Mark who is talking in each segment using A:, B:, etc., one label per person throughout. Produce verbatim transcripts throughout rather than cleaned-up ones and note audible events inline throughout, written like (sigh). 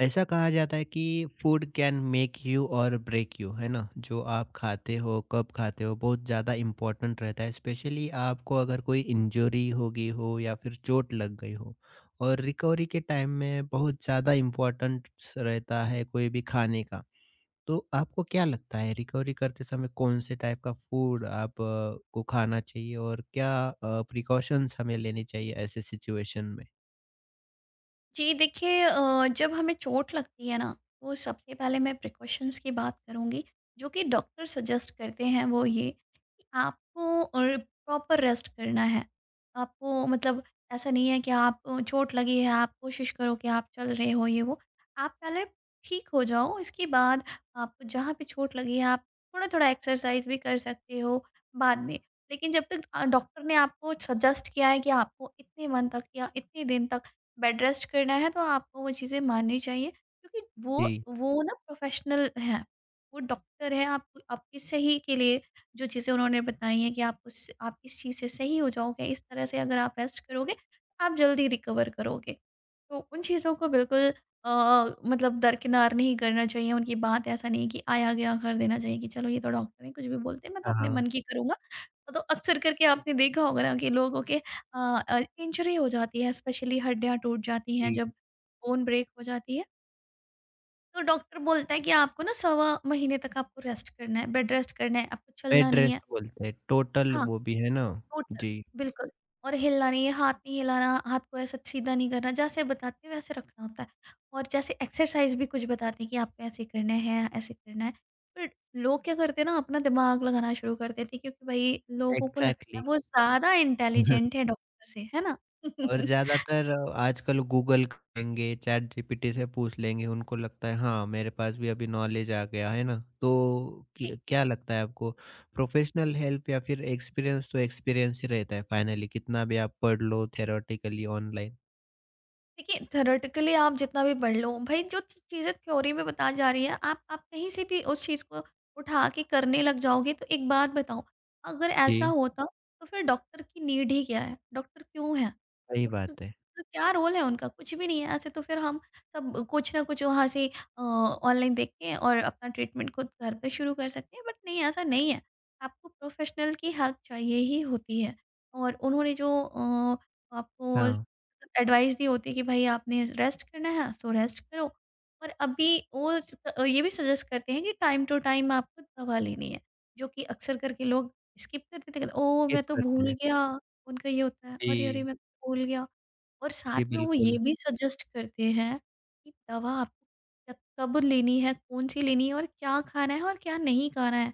A: ऐसा कहा जाता है कि फूड कैन मेक यू और ब्रेक यू। है ना? जो आप खाते हो, कब खाते हो, बहुत ज़्यादा इम्पोर्टेंट रहता है। स्पेशली आपको अगर कोई इंजरी हो गई हो या फिर चोट लग गई हो और रिकवरी के टाइम में बहुत ज़्यादा इम्पोर्टेंट रहता है कोई भी खाने का। तो आपको क्या लगता है रिकवरी करते समय कौन से टाइप का फूड आप अ, को खाना चाहिए और क्या प्रिकॉशंस हमें लेनी चाहिए ऐसे सिचुएशन में?
B: जी देखिए अ, जब हमें चोट लगती है ना तो सबसे पहले मैं प्रिकॉशंस की बात करूंगी जो कि डॉक्टर सजेस्ट करते हैं वो ये कि आपको प्रॉपर रेस्ट करना है। आपको मतलब ऐसा नहीं है कि आप अ, चोट लगी है आप कोशिश करो कि आप चल रहे हो ये वो। आप पहले ठीक हो जाओ इसके बाद आप जहाँ पे चोट लगी है आप थोड़ा थोड़ा एक्सरसाइज भी कर सकते हो बाद में। लेकिन जब तक अ, डॉक्टर ने आपको सजेस्ट किया है कि आपको इतने मंथ तक या इतने दिन तक बेड रेस्ट करना है तो आपको वो चीज़ें माननी चाहिए क्योंकि वो
A: जी।
B: वो ना प्रोफेशनल हैं। वो डॉक्टर हैं। आप आपकी सही के लिए जो चीज़ें उन्होंने बताई हैं कि आप उस आप इस चीज़ से सही हो जाओगे, इस तरह से अगर आप रेस्ट करोगे, आप जल्दी रिकवर करोगे। तो उन चीज़ों को बिल्कुल अ, मतलब दरकिनार नहीं करना चाहिए, उनकी बात ऐसा नहीं है कि आया-गया कर देना चाहिए कि चलो ये तो डॉक्टर हैं, कुछ भी बोलते हैं, मैं तो
A: हाँ
B: अपने
A: हाँ।
B: मन की करूँगा। तो अक्सर करके आपने देखा होगा ना कि लोगों के अ अ, इंजरी हो जाती है, स्पेशली हड्डियाँ टूट जाती हैं, जब बोन ब्रेक हो जाती है, तो डॉक्टर बोलता है कि आपको ना सवा महीने तक आपको रेस्ट करना है, बेड रेस्ट करना है, आपको चलना नहीं
A: एड्रेस
B: है।
A: बोलते हैं, टोटल
B: हाँ,
A: वो भी है ना?
B: टोटल,
A: जी।
B: बिल्कुल। और हिलना नहीं है, हाथ नहीं हिलाना, हाथ को ऐसा सीधा नहीं करना, जैसे बताते हैं वैसे रखना होता है। और जैसे एक्सरसाइज़ भी कुछ बताते हैं कि आपको ऐसे करना है, ऐसे करना है। बट लोग क्या करते हैं ना अपना दिमाग लगाना शुरू कर देते हैं क्योंकि भई लोगों को लगता
A: एग्ज़ैक्टली।
B: है वो ज़्यादा इंटेलिजेंट है
A: (laughs)
B: डॉक्टर से, है ना?
A: और
B: (laughs)
A: ज़्यादातर आजकल गूगल करेंगे, चैटजीपीटी से पूछ लेंगे, उनको लगता है हाँ, मेरे पास भी अभी नॉलेज आ गया, है ना? तो क क्या लगता है आपको प्रोफ़ेशनल हेल्प या फिर एक्सपीरियंस? तो एक्सपीरियंस ही रहता है फाइनली, कितना भी आप पढ़ लो थ्योरेटिकली ऑनलाइन।
B: देखिए थ्योरेटिकली आप जितना भी पढ़ लो भाई जो चीज़ें थ्योरी में बता जा रही है आप आप कहीं से भी उस चीज़ को उठा के करने लग जाओगे तो एक बात बताओ अगर ऐसा
A: जी,
B: होता तो फिर डॉक्टर की नीड ही क्या है? डॉक्टर क्यों है?
A: सही
B: डॉक्टर
A: बात है।
B: का क्या रोल है? उनका कुछ भी नहीं है ऐसे तो फिर हम सब कुछ ना कुछ वहाँ से ऑनलाइन देख के और अपना ट्रीटमेंट खुद घर पे शुरू कर सकते हैं। बट नहीं, ऐसा नहीं है। आपको प्रोफेशनल की हेल्प चाहिए ही होती है। और उन्होंने जो अ, आपको
A: हाँ,
B: एडवाइस दी होती है कि भाई आपने रेस्ट करना है सो रेस्ट करो। और अभी वो स- ये भी सजेस्ट करते हैं कि टाइम टू टाइम आपको दवा लेनी है जो कि अक्सर करके लोग स्किप कर देते हैं, कहते ओ मैं
A: स्किप
B: तो
A: करते
B: भूल
A: हैं।
B: गया। उनका ये होता है अरे अरे
A: जी,
B: मैं तो भूल गया। और साथ
A: जी
B: में वो ये
A: बिल्कुल।
B: भी सजेस्ट करते हैं कि दवा आपको कब कब लेनी है, कौन सी लेनी है और क्या खाना है और क्या नहीं खाना है।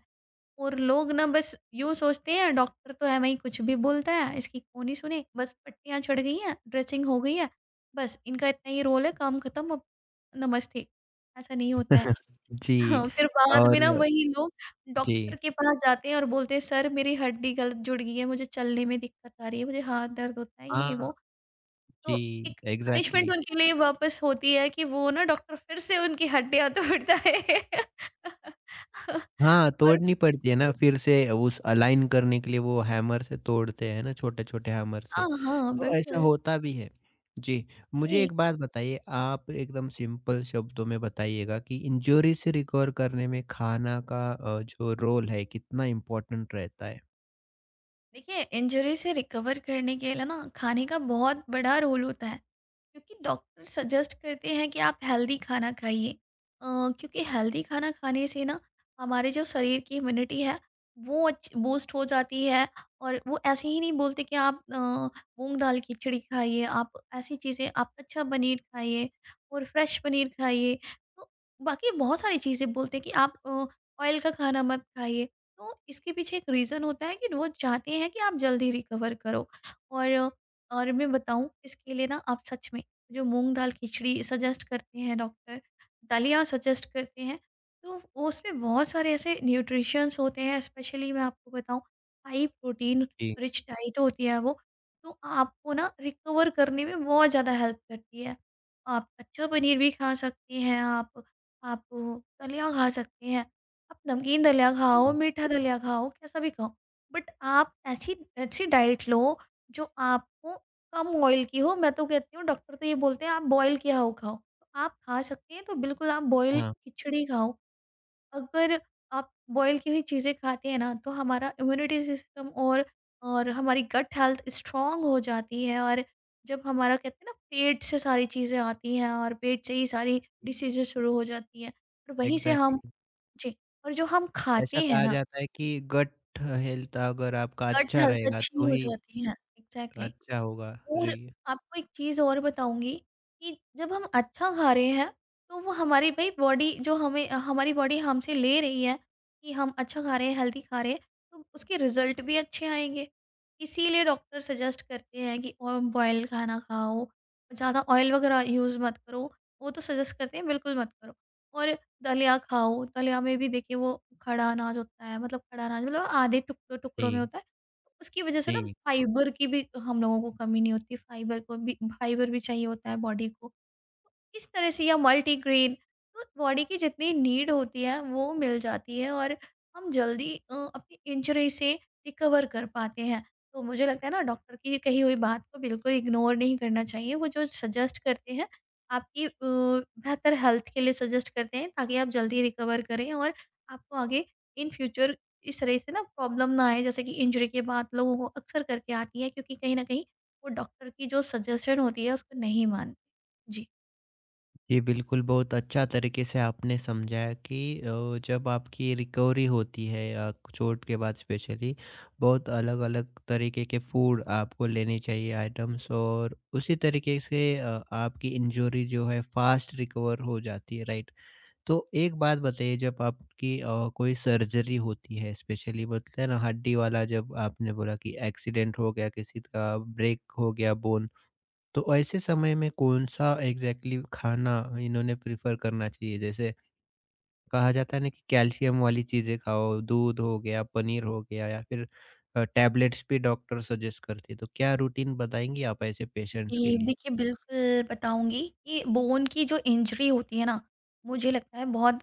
B: और लोग ना बस यूँ सोचते हैं डॉक्टर तो है वही कुछ भी बोलता है, इसकी कौन ही सुने, बस पट्टियाँ चढ़ गई हैं, ड्रेसिंग हो गई है, बस इनका इतना ही रोल है, काम खत्म अब नमस्ते। ऐसा नहीं होता है।
A: जी।
B: (laughs) फिर बाद में
A: और
B: ना वही लोग
A: जी,
B: डॉक्टर के पास जाते हैं और बोलते हैं सर मेरी हड्डी गलत जुड़ गई है, मुझे चलने में दिक्कत आ रही है, मुझे हाथ दर्द होता है, ये
A: हाँ,
B: वो। तो
A: जी।
B: एक पनिशमेंट
A: एग्ज़ैक्टली।
B: उनके लिए वापस होती है कि वो ना डॉक्टर फिर से उनकी हड्डियाँ तोड़ता है। (laughs)
A: हाँ,
B: और
A: तोड़नी
B: फिर
A: पड़ती
B: से
A: है ना
B: जुड़
A: फिर से उस अलाइन करने के लिए वो हैमर से तोड़ते हैं ना, छोटे-छोटे हैमर से।
B: हाँ, हाँ,
A: तो ऐसा
B: बिल्कुल।
A: होता भी है। जी, मुझे
B: जी,
A: एक बात बताइए, आप एकदम सिंपल शब्दों में बताइएगा कि इंजरी से रिकवर करने में खाना का अ, जो रोल है, कितना इम्पोर्टेंट रहता है?
B: देखिए इंजरी से रिकवर करने के लिए ना खाने का बहुत बड़ा रोल होता है। क्योंकि डॉक्टर सजेस्ट करते हैं कि आप हेल्दी खाना खाइए, अ, क्योंकि हेल्दी खाना खाने से ना हमारे जो शरीर की इम्यूनिटी है वो बूस्ट हो जाती है। और वो ऐसे ही नहीं बोलते कि आप अ, मूंग दाल की खिचड़ी खाइए, आप ऐसी चीज़ें आप अच्छा पनीर खाइए और फ्रेश पनीर खाइए तो बाकी बहुत सारी चीज़ें बोलते हैं कि आप ऑयल का खाना मत खाइए। तो इसके पीछे एक रीज़न होता है कि वो चाहते हैं कि आप जल्दी रिकवर करो। और और मैं बताऊं इसके लिए ना आप सच में जो मूँग दाल खिचड़ी सजेस्ट करते हैं डॉक्टर, दलिया सजेस्ट करते हैं, तो वो उसमें बहुत सारे ऐसे न्यूट्रिशंस होते हैं। स्पेशली मैं आपको बताऊँ हाई प्रोटीन
A: जी,
B: रिच डाइट होती है वो, तो आपको ना रिकवर करने में बहुत ज़्यादा हेल्प करती है। आप कच्चा पनीर भी खा सकती हैं आप, आप दलिया खा सकती हैं, आप नमकीन दलिया खाओ,
A: जी,
B: मीठा दलिया खाओ, कैसा भी खाओ, बट आप ऐसी ऐसी डाइट लो जो आपको कम ऑयल की हो। मैं तो कहती हूँ डॉक्टर तो ये बोलते हैं आप बॉयल किया हुआ खाओ। तो आप खा सकते हैं तो बिल्कुल आप बॉयल
A: हाँ,
B: खिचड़ी खाओ। अगर आप बॉयल की हुई चीज़ें खाते हैं ना तो हमारा इम्यूनिटी सिस्टम और और हमारी गट हेल्थ स्ट्रॉन्ग हो जाती है। और जब हमारा कहते हैं ना पेट से सारी चीज़ें आती हैं और पेट से ही सारी डिसीज़ेज़ शुरू हो जाती हैं और वहीं से हम
A: एग्ज़ैक्टली।
B: जी, और जो हम
A: ऐसा
B: खाते हैं
A: कहा
B: ना
A: जाता है कि गट हेल्थ अगर आपका
B: गट
A: अच्छा
B: हेल्थ
A: रहेगा
B: अच्छी
A: तो
B: हो
A: ही
B: जाती है। एग्ज़ैक्टली।
A: अच्छा होगा। जी,
B: और आपको एक चीज़ और बताऊँगी कि जब हम अच्छा खा रहे हैं, तो वो हमारी भई बॉडी जो हमें हमारी बॉडी हमसे ले रही है कि हम अच्छा खा रहे हैं, हेल्दी खा रहे हैं, तो उसके रिज़ल्ट भी अच्छे आएँगे। इसीलिए डॉक्टर सजेस्ट करते हैं कि अ, बॉयल खाना खाओ, ज़्यादा ऑयल वगैरह यूज़ मत करो। वो तो सजेस्ट करते हैं बिल्कुल मत करो। और दलिया खाओ, दलिया में भी देखिए वो खड़ा अनाज होता है, मतलब खड़ा अनाज मतलब आधे टुकड़ों-टुकड़ों में
A: जी,
B: होता है। उसकी वजह से ना
A: जी।
B: फाइबर की भी हम लोगों को कमी नहीं होती, फाइबर को भी फाइबर भी चाहिए होता है बॉडी को। इस तरह से या मल्टीग्रेन तो बॉडी की जितनी नीड होती है वो मिल जाती है और हम जल्दी अ, अपनी इंजरी से रिकवर कर पाते हैं। तो मुझे लगता है ना डॉक्टर की कही हुई बात को बिल्कुल इग्नोर नहीं करना चाहिए। वो जो सजेस्ट करते हैं आपकी अ, बेहतर हेल्थ के लिए सजेस्ट करते हैं ताकि आप जल्दी रिकवर करें और आपको आगे इन फ्यूचर इस तरह से ना प्रॉब्लम ना आए जैसे कि इंजरी के बाद लोगों को अक्सर करके आती है क्योंकि कहीं ना कहीं वो डॉक्टर की जो सजेशन होती है उसको नहीं मानते। जी।
A: जी, बिल्कुल। बहुत अच्छा तरीके से आपने समझाया कि अ, जब आपकी रिकवरी होती है अ, चोट के बाद स्पेशली, बहुत अलग-अलग तरीके के फूड आपको लेने चाहिए आइटम्स, और उसी तरीके से अ, आपकी इंजरी जो है फ़ास्ट रिकवर हो जाती है, राइट? तो एक बात बताइए, जब आपकी अ, कोई सर्जरी होती है, स्पेशली बोलते हैं ना हड्डी वाला, जब आपने बोला कि एक्सीडेंट हो गया किसी का, ब्रेक हो गया बोन, तो ऐसे समय में कौन-सा एग्ज़ैक्टली खाना इन्होंने प्रेफ़र करना चाहिए? जैसे कहा जाता है ना कि कैल्शियम वाली चीज़ें खाओ, दूध हो गया, पनीर हो गया, या फिर अ, टैबलेट्स भी डॉक्टर सजेस्ट करते हैं। तो क्या रूटीन बताएँगी आप ऐसे पेशेंट्स के
B: जी,
A: लिए?
B: देखिए बिल्कुल बताऊँगी कि बोन की जो इंजरी होती है ना, मुझे लगता है बहुत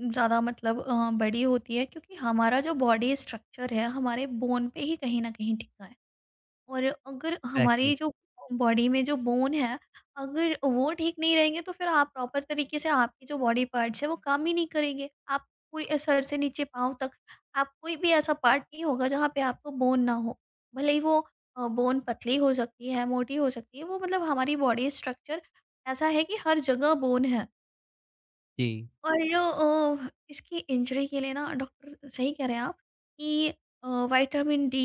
B: ज़्यादा मतलब अ, बड़ी होती है क्योंकि हमारा जो बॉडी स्ट्रक्चर है, हमारे बोन पे ही कहीं न कहीं टिका है। और अगर
A: एग्ज़ैक्टली।
B: हमारी जो बॉडी में जो बोन है अगर वो ठीक नहीं रहेंगे तो फिर आप प्रॉपर तरीके से आपके जो बॉडी पार्ट्स है वो काम ही नहीं करेंगे। आप पूरी सर से नीचे पाँव तक आप कोई भी ऐसा पार्ट नहीं होगा जहाँ पे आपको बोन ना हो। भले ही वो बोन पतली हो सकती है, मोटी हो सकती है, वो मतलब हमारी बॉडी स्ट्रक्चर ऐसा है कि हर जगह बोन है।
A: जी,
B: और जो अ, इसकी इंजरी के लिए ना डॉक्टर सही कह रहे हैं आप कि अ, विटामिन डी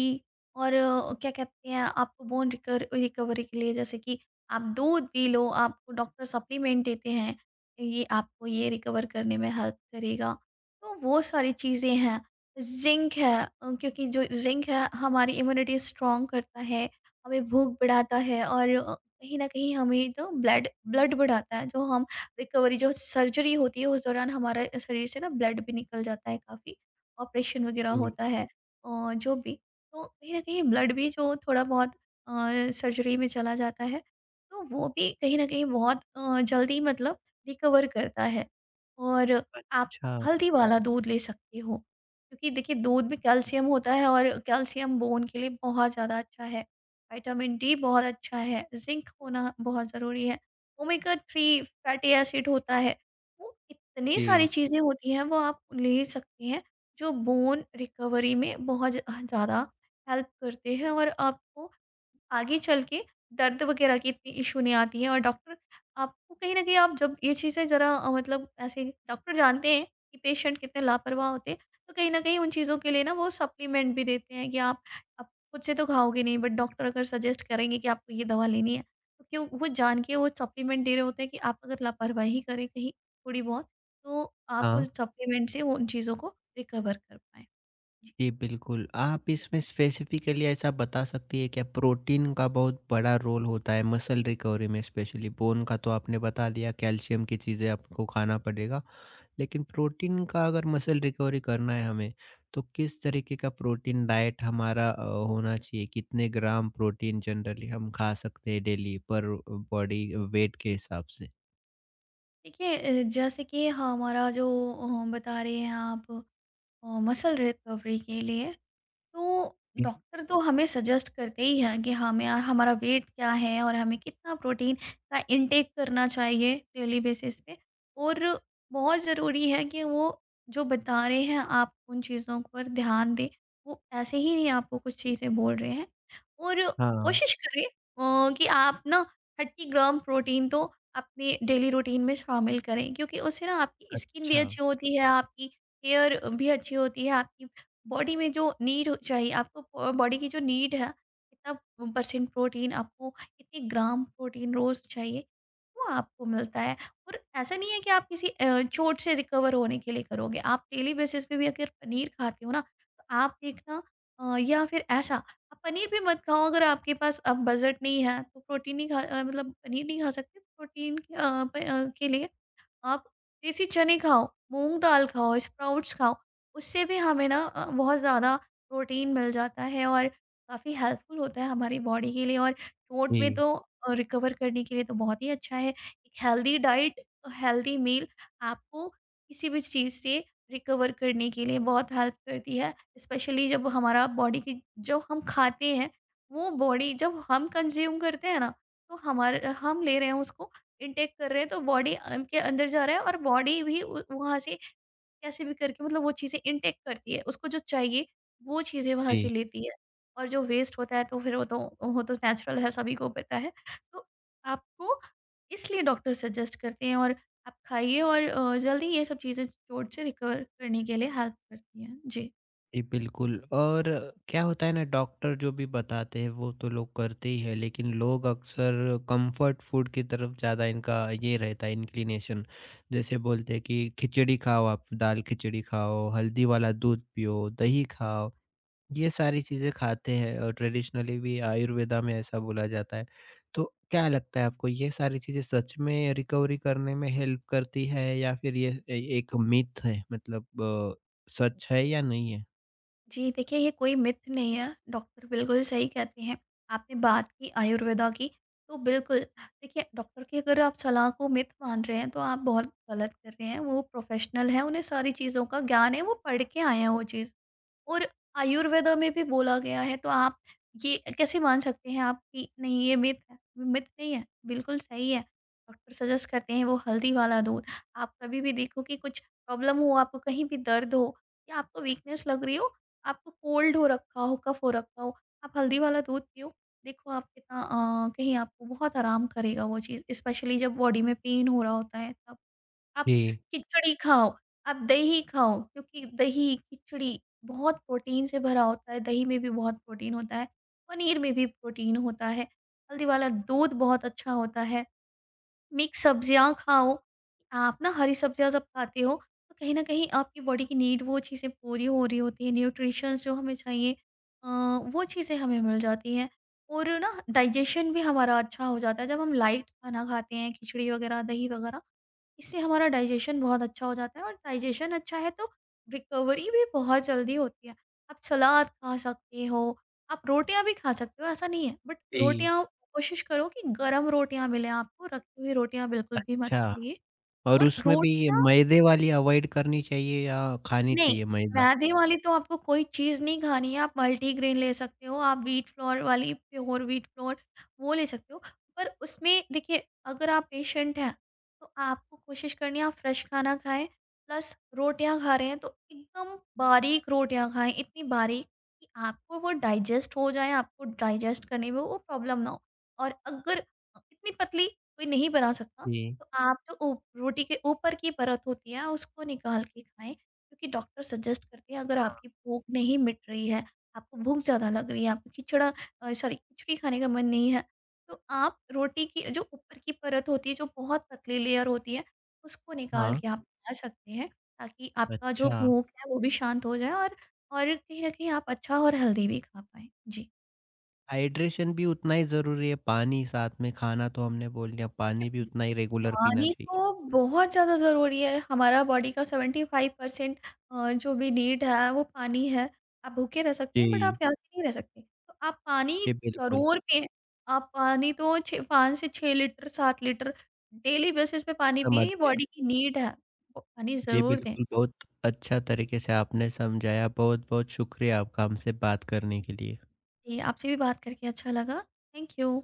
B: और अ, क्या कहते हैं आपको बोन रिकर रिकवरी के लिए जैसे कि आप दूध पी लो, आपको डॉक्टर सप्लीमेंट देते हैं, ये आपको ये रिकवर करने में हेल्प करेगा। तो वो सारी चीज़ें हैं। जिंक है अ, क्योंकि जो जिंक है हमारी इम्यूनिटी स्ट्रॉन्ग करता है, हमें भूख बढ़ाता है और अ, कहीं ना कहीं हमें तो ब्लड ब्लड बढ़ाता है जो हम रिकवरी जो सर्जरी होती है उस दौरान हमारा शरीर से ना ब्लड भी निकल जाता है काफ़ी, ऑपरेशन वग़ैरह
A: जी।
B: होता है और जो भी। तो कहीं न कहीं ब्लड भी जो थोड़ा बहुत अ, सर्जरी में चला जाता है, तो वो भी कहीं न कहीं बहुत अ, जल्दी मतलब रिकवर करता है। और आप
A: अच्छा,
B: हल्दी वाला दूध ले सकते हो, क्योंकि देखिए दूध में कैल्शियम होता है और कैल्शियम बोन के लिए बहुत ज़्यादा अच्छा है। विटामिन डी बहुत अच्छा है, ज़िंक होना बहुत ज़रूरी है। ओमेगा थ्री फैटी एसिड होता है। वो इतनी सारी
A: जी।
B: चीज़ें होती हैं वो आप ले सकते हैं जो बोन रिकवरी में बहुत ज ज़्यादा हेल्प करते हैं और आपको आगे चल के दर्द वगैरह की इतनी इश्यू नहीं आती है। और डॉक्टर आपको कहीं न कहीं आप जब ये चीज़ें ज़रा अ, मतलब ऐसे डॉक्टर जानते हैं कि पेशेंट कितने लापरवाह होते हैं, तो कहीं न कहीं उन चीज़ों के लिए ना वो सप्लीमेंट भी देते हैं कि आप आप खुद से तो खाओगे नहीं बट डॉक्टर अगर सजेस्ट करेंगे कि आपको ये दवा लेनी है, क्यों वो जान के वो सप्लीमेंट दे रहे होते हैं कि आप अगर लापरवाही करें कहीं थोड़ी बहुत तो आप
A: हाँ।
B: उस सप्लीमेंट से वो उन चीज़ों को रिकवर कर पाएँ। जी।
A: जी, बिल्कुल। आप इसमें स्पेसिफ़िकली ऐसा बता सकती हैं क्या, प्रोटीन का बहुत बड़ा रोल होता है मसल रिकवरी में स्पेशली? बोन का तो आपने बता दिया, कैल्शियम की चीज़ें आपको खाना पड़ेगा। लेकिन प्रोटीन का अगर मसल रिकवरी करना है हमें, तो किस तरीके का प्रोटीन डाइट हमारा अ, होना चाहिए? कितने ग्राम प्रोटीन जनरली हम खा सकते हैं डेली पर बॉडी वेट के हिसाब से?
B: देखिए अ, जैसे कि हमारा जो अ, बता रहे हैं आप अ, मसल रिकवरी के लिए तो
A: जी,
B: डॉक्टर तो हमें सजेस्ट करते ही हैं कि हमें और हमारा वेट क्या है और हमें कितना प्रोटीन का इनटेक करना चाहिए डेली बेसिस पे। और बहुत ज़रूरी है कि वो जो बता रहे हैं आप उन चीज़ों पर ध्यान दें। वो ऐसे ही नहीं आपको कुछ चीज़ें बोल रहे हैं। और
A: हाँ,
B: कोशिश करें अ, कि आप ना तीस ग्राम प्रोटीन तो अपने डेली रूटीन में शामिल करें, क्योंकि उससे ना आपकी स्किन भी
A: अच्छा।
B: अच्छी होती है, आपकी हेयर भी अच्छी होती है, आपकी बॉडी में जो नीड हो- चाहिए आपको बॉडी की जो नीड है, कितना परसेंट प्रोटीन आपको, कितने ग्राम प्रोटीन रोज चाहिए वो आपको मिलता है। और ऐसा नहीं है कि आप किसी अ, चोट से रिकवर होने के लिए करोगे। आप डेली बेसिस पे भी अगर पनीर खाते हो ना तो आप देखना। अ, या फिर ऐसा आप पनीर भी मत खाओ, अगर आपके पास अब बजट नहीं है तो प्रोटीन नहीं खा अ, मतलब पनीर नहीं खा सकते प्रोटीन के अ, प- अ, के लिए। आप देसी चने खाओ, मूँग दाल खाओ, स्प्राउट्स खाओ, उससे भी हमें ना अ, बहुत ज़्यादा प्रोटीन मिल जाता है और काफ़ी हेल्पफुल होता है हमारी बॉडी के लिए। और चोट में
A: जी,
B: तो अ, रिकवर करने के लिए तो बहुत ही अच्छा है। एक हेल्दी डाइट, हेल्दी मील आपको किसी भी चीज़ से रिकवर करने के लिए बहुत हेल्प करती है। स्पेशली जब हमारा बॉडी की जो हम खाते हैं, वो बॉडी जब हम कंज़्यूम करते हैं ना, तो हमारे हम ले रहे हैं उसको इनटेक कर रहे हैं तो बॉडी अम, के अंदर जा रहा है और बॉडी भी उ- वहाँ से कैसे भी करके मतलब वो चीज़ें इनटेक करती है, उसको जो चाहिए वो चीज़ें वहाँ से
A: जी।
B: लेती है। और जो वेस्ट होता है तो फिर वो तो वो तो नेचुरल है, सभी को पता है। तो आपको इसलिए डॉक्टर सजेस्ट करते हैं और आप खाइए और अ, जल्दी ये सब चीज़ें चोट से रिकवर करने के लिए हेल्प करती हैं जी।
A: जी, बिल्कुल। और क्या होता है ना, डॉक्टर जो भी बताते हैं वो तो लोग करते ही है, लेकिन लोग अक्सर कंफर्ट फूड की तरफ ज़्यादा इनका ये रहता है इंक्लिनेशन। जैसे बोलते हैं कि खिचड़ी खाओ, आप दाल खिचड़ी खाओ, हल्दी वाला दूध पियो, दही खाओ, ये सारी चीज़ें खाते हैं, और ट्रेडिशनली भी आयुर्वेदा में ऐसा बोला जाता है। तो क्या लगता है आपको, ये सारी चीज़ें सच में रिकवरी करने में हेल्प करती है या फिर ये ए- एक मिथ है, मतलब अ, सच है या नहीं है?
B: जी, देखिए ये कोई मिथ नहीं है, डॉक्टर बिल्कुल सही कहते हैं। आपने बात की आयुर्वेदा की, तो बिल्कुल देखिए डॉक्टर की अगर आप सलाह को मिथ मान रहे हैं तो आप बहुत गलत कर रहे हैं। वो प्रोफ़ेशनल हैं, उन्हें सारी चीज़ों का ज्ञान है, वो पढ़ के आए हैं वो चीज़। और आयुर्वेदा में भी बोला गया है तो आप ये कैसे मान सकते हैं आप कि नहीं ये मिथ है? मिथ नहीं है, बिल्कुल सही है। डॉक्टर सजेस्ट करते हैं वो हल्दी वाला दूध। आप कभी भी देखो कि कुछ प्रॉब्लम हो, आपको कहीं भी दर्द हो या आपको वीकनेस लग रही हो, आपको कोल्ड हो रखा हो, कफ हो रखा हो, आप हल्दी वाला दूध पियो। देखो आप कितना अ, कहीं आपको बहुत आराम करेगा वो चीज़, स्पेशली जब बॉडी में पेन हो रहा होता है तब। आप
A: जी,
B: खिचड़ी खाओ, आप दही खाओ, क्योंकि दही, खिचड़ी बहुत प्रोटीन से भरा होता है, दही में भी बहुत प्रोटीन होता है, पनीर में भी प्रोटीन होता है, हल्दी वाला दूध बहुत अच्छा होता है, मिक्स सब्जियाँ खाओ। आप ना हरी सब्जियाँ जब खाते हो तो कहीं न कहीं आपकी बॉडी की नीड वो चीज़ें पूरी हो रही होती हैं, न्यूट्रिशंस जो हमें चाहिए अ, वो चीज़ें हमें मिल जाती हैं। और ना डाइजेशन भी हमारा अच्छा हो जाता है, जब हम लाइट खाना खाते हैं, खिचड़ी वगैरह, दही वगैरह। इससे हमारा डाइजेशन बहुत अच्छा हो जाता है और डाइजेशन अच्छा है तो रिकवरी भी बहुत जल्दी होती है। आप सलाद खा सकते हो, आप रोटियाँ भी खा सकते हो, ऐसा नहीं है। बट
A: जी।
B: रोटियाँ कोशिश करो कि गरम रोटियाँ मिलें आपको, रखी हुई रोटियाँ बिल्कुल भी मत
A: अच्छा।
B: खाइए।
A: और
B: और
A: उसमें भी
B: रोटियाँ
A: मैदे वाली अवॉइड करनी चाहिए या खानी
B: नहीं,
A: चाहिए मैदा?
B: मैदे वाली तो आपको कोई चीज़ नहीं खानी है, आप मल्टीग्रेन ले सकते हो, आप व्हीट फ्लोर वाली, प्योर व्हीट फ्लोर वो ले सकते हो। पर उसमें देखिए, अगर आप पेशेंट हैं, तो आपको कोशिश करनी है आप फ्रेश खाना खाएँ, प्लस रोटियाँ खा रहे हैं तो एकदम बारीक रोटियाँ खाएँ, इतनी बारीक कि आपको वो डाइजेस्ट हो जाएँ, आपको डाइजेस्ट करने में वो प्रॉब्लम ना हो। और अगर अ, इतनी पतली कोई नहीं बना सकता,
A: जी,
B: तो आप जो ऊ रोटी के ऊपर की परत होती है, उसको निकाल के खाएँ। क्योंकि डॉक्टर सजेस्ट करते हैं अगर आपकी भूख नहीं मिट रही है, आपको भूख ज़्यादा लग रही है, आपको खिचड़ा अ, सॉरी खिचड़ी खाने का मन नहीं है, तो आप रोटी की जो ऊपर की परत होती है, जो बहुत पतली लेयर होती है, उसको निकाल
A: हाँ,
B: के आप खा सकते हैं, ताकि आपका जो
A: अच्छा।
B: भूख है वो भी शांत हो जाए। और और कहीं न कहीं आप अच्छा और हेल्दी भी खा पाएँ। जी।
A: हाइड्रेशन भी उतना ही ज़रूरी है, पानी साथ में। खाना तो हमने बोल दिया, पानी भी
B: देखिए,
A: उतना ही रेगुलर पीना
B: पानी
A: चाहिए।
B: तो बहुत ज़्यादा ज़रूरी है। हमारा बॉडी का पचहत्तर परसेंट अ, जो भी नीड है वो पानी है। आप भूखे रह सकते हैं, बट आप
A: जी,
B: प्यासे नहीं रह सकते। तो आप पानी
A: जी बिल्कुल,
B: ज़रूर पिएँ। आप पानी तो छ पाँच से छह लीटर, सात लीटर डेली बेसिस पे पानी पिएँ,
A: समझ
B: ये
A: गया।
B: बॉडी की नीड है। तो पानी
A: जी
B: ज़रूर दें।
A: बिल्कुल, बहुत अच्छा तरीके से आपने समझाया। बहुत-बहुत शुक्रिया आपका हमसे बात करने के लिए।
B: जी, आपसे भी बात करके अच्छा लगा। Thank you.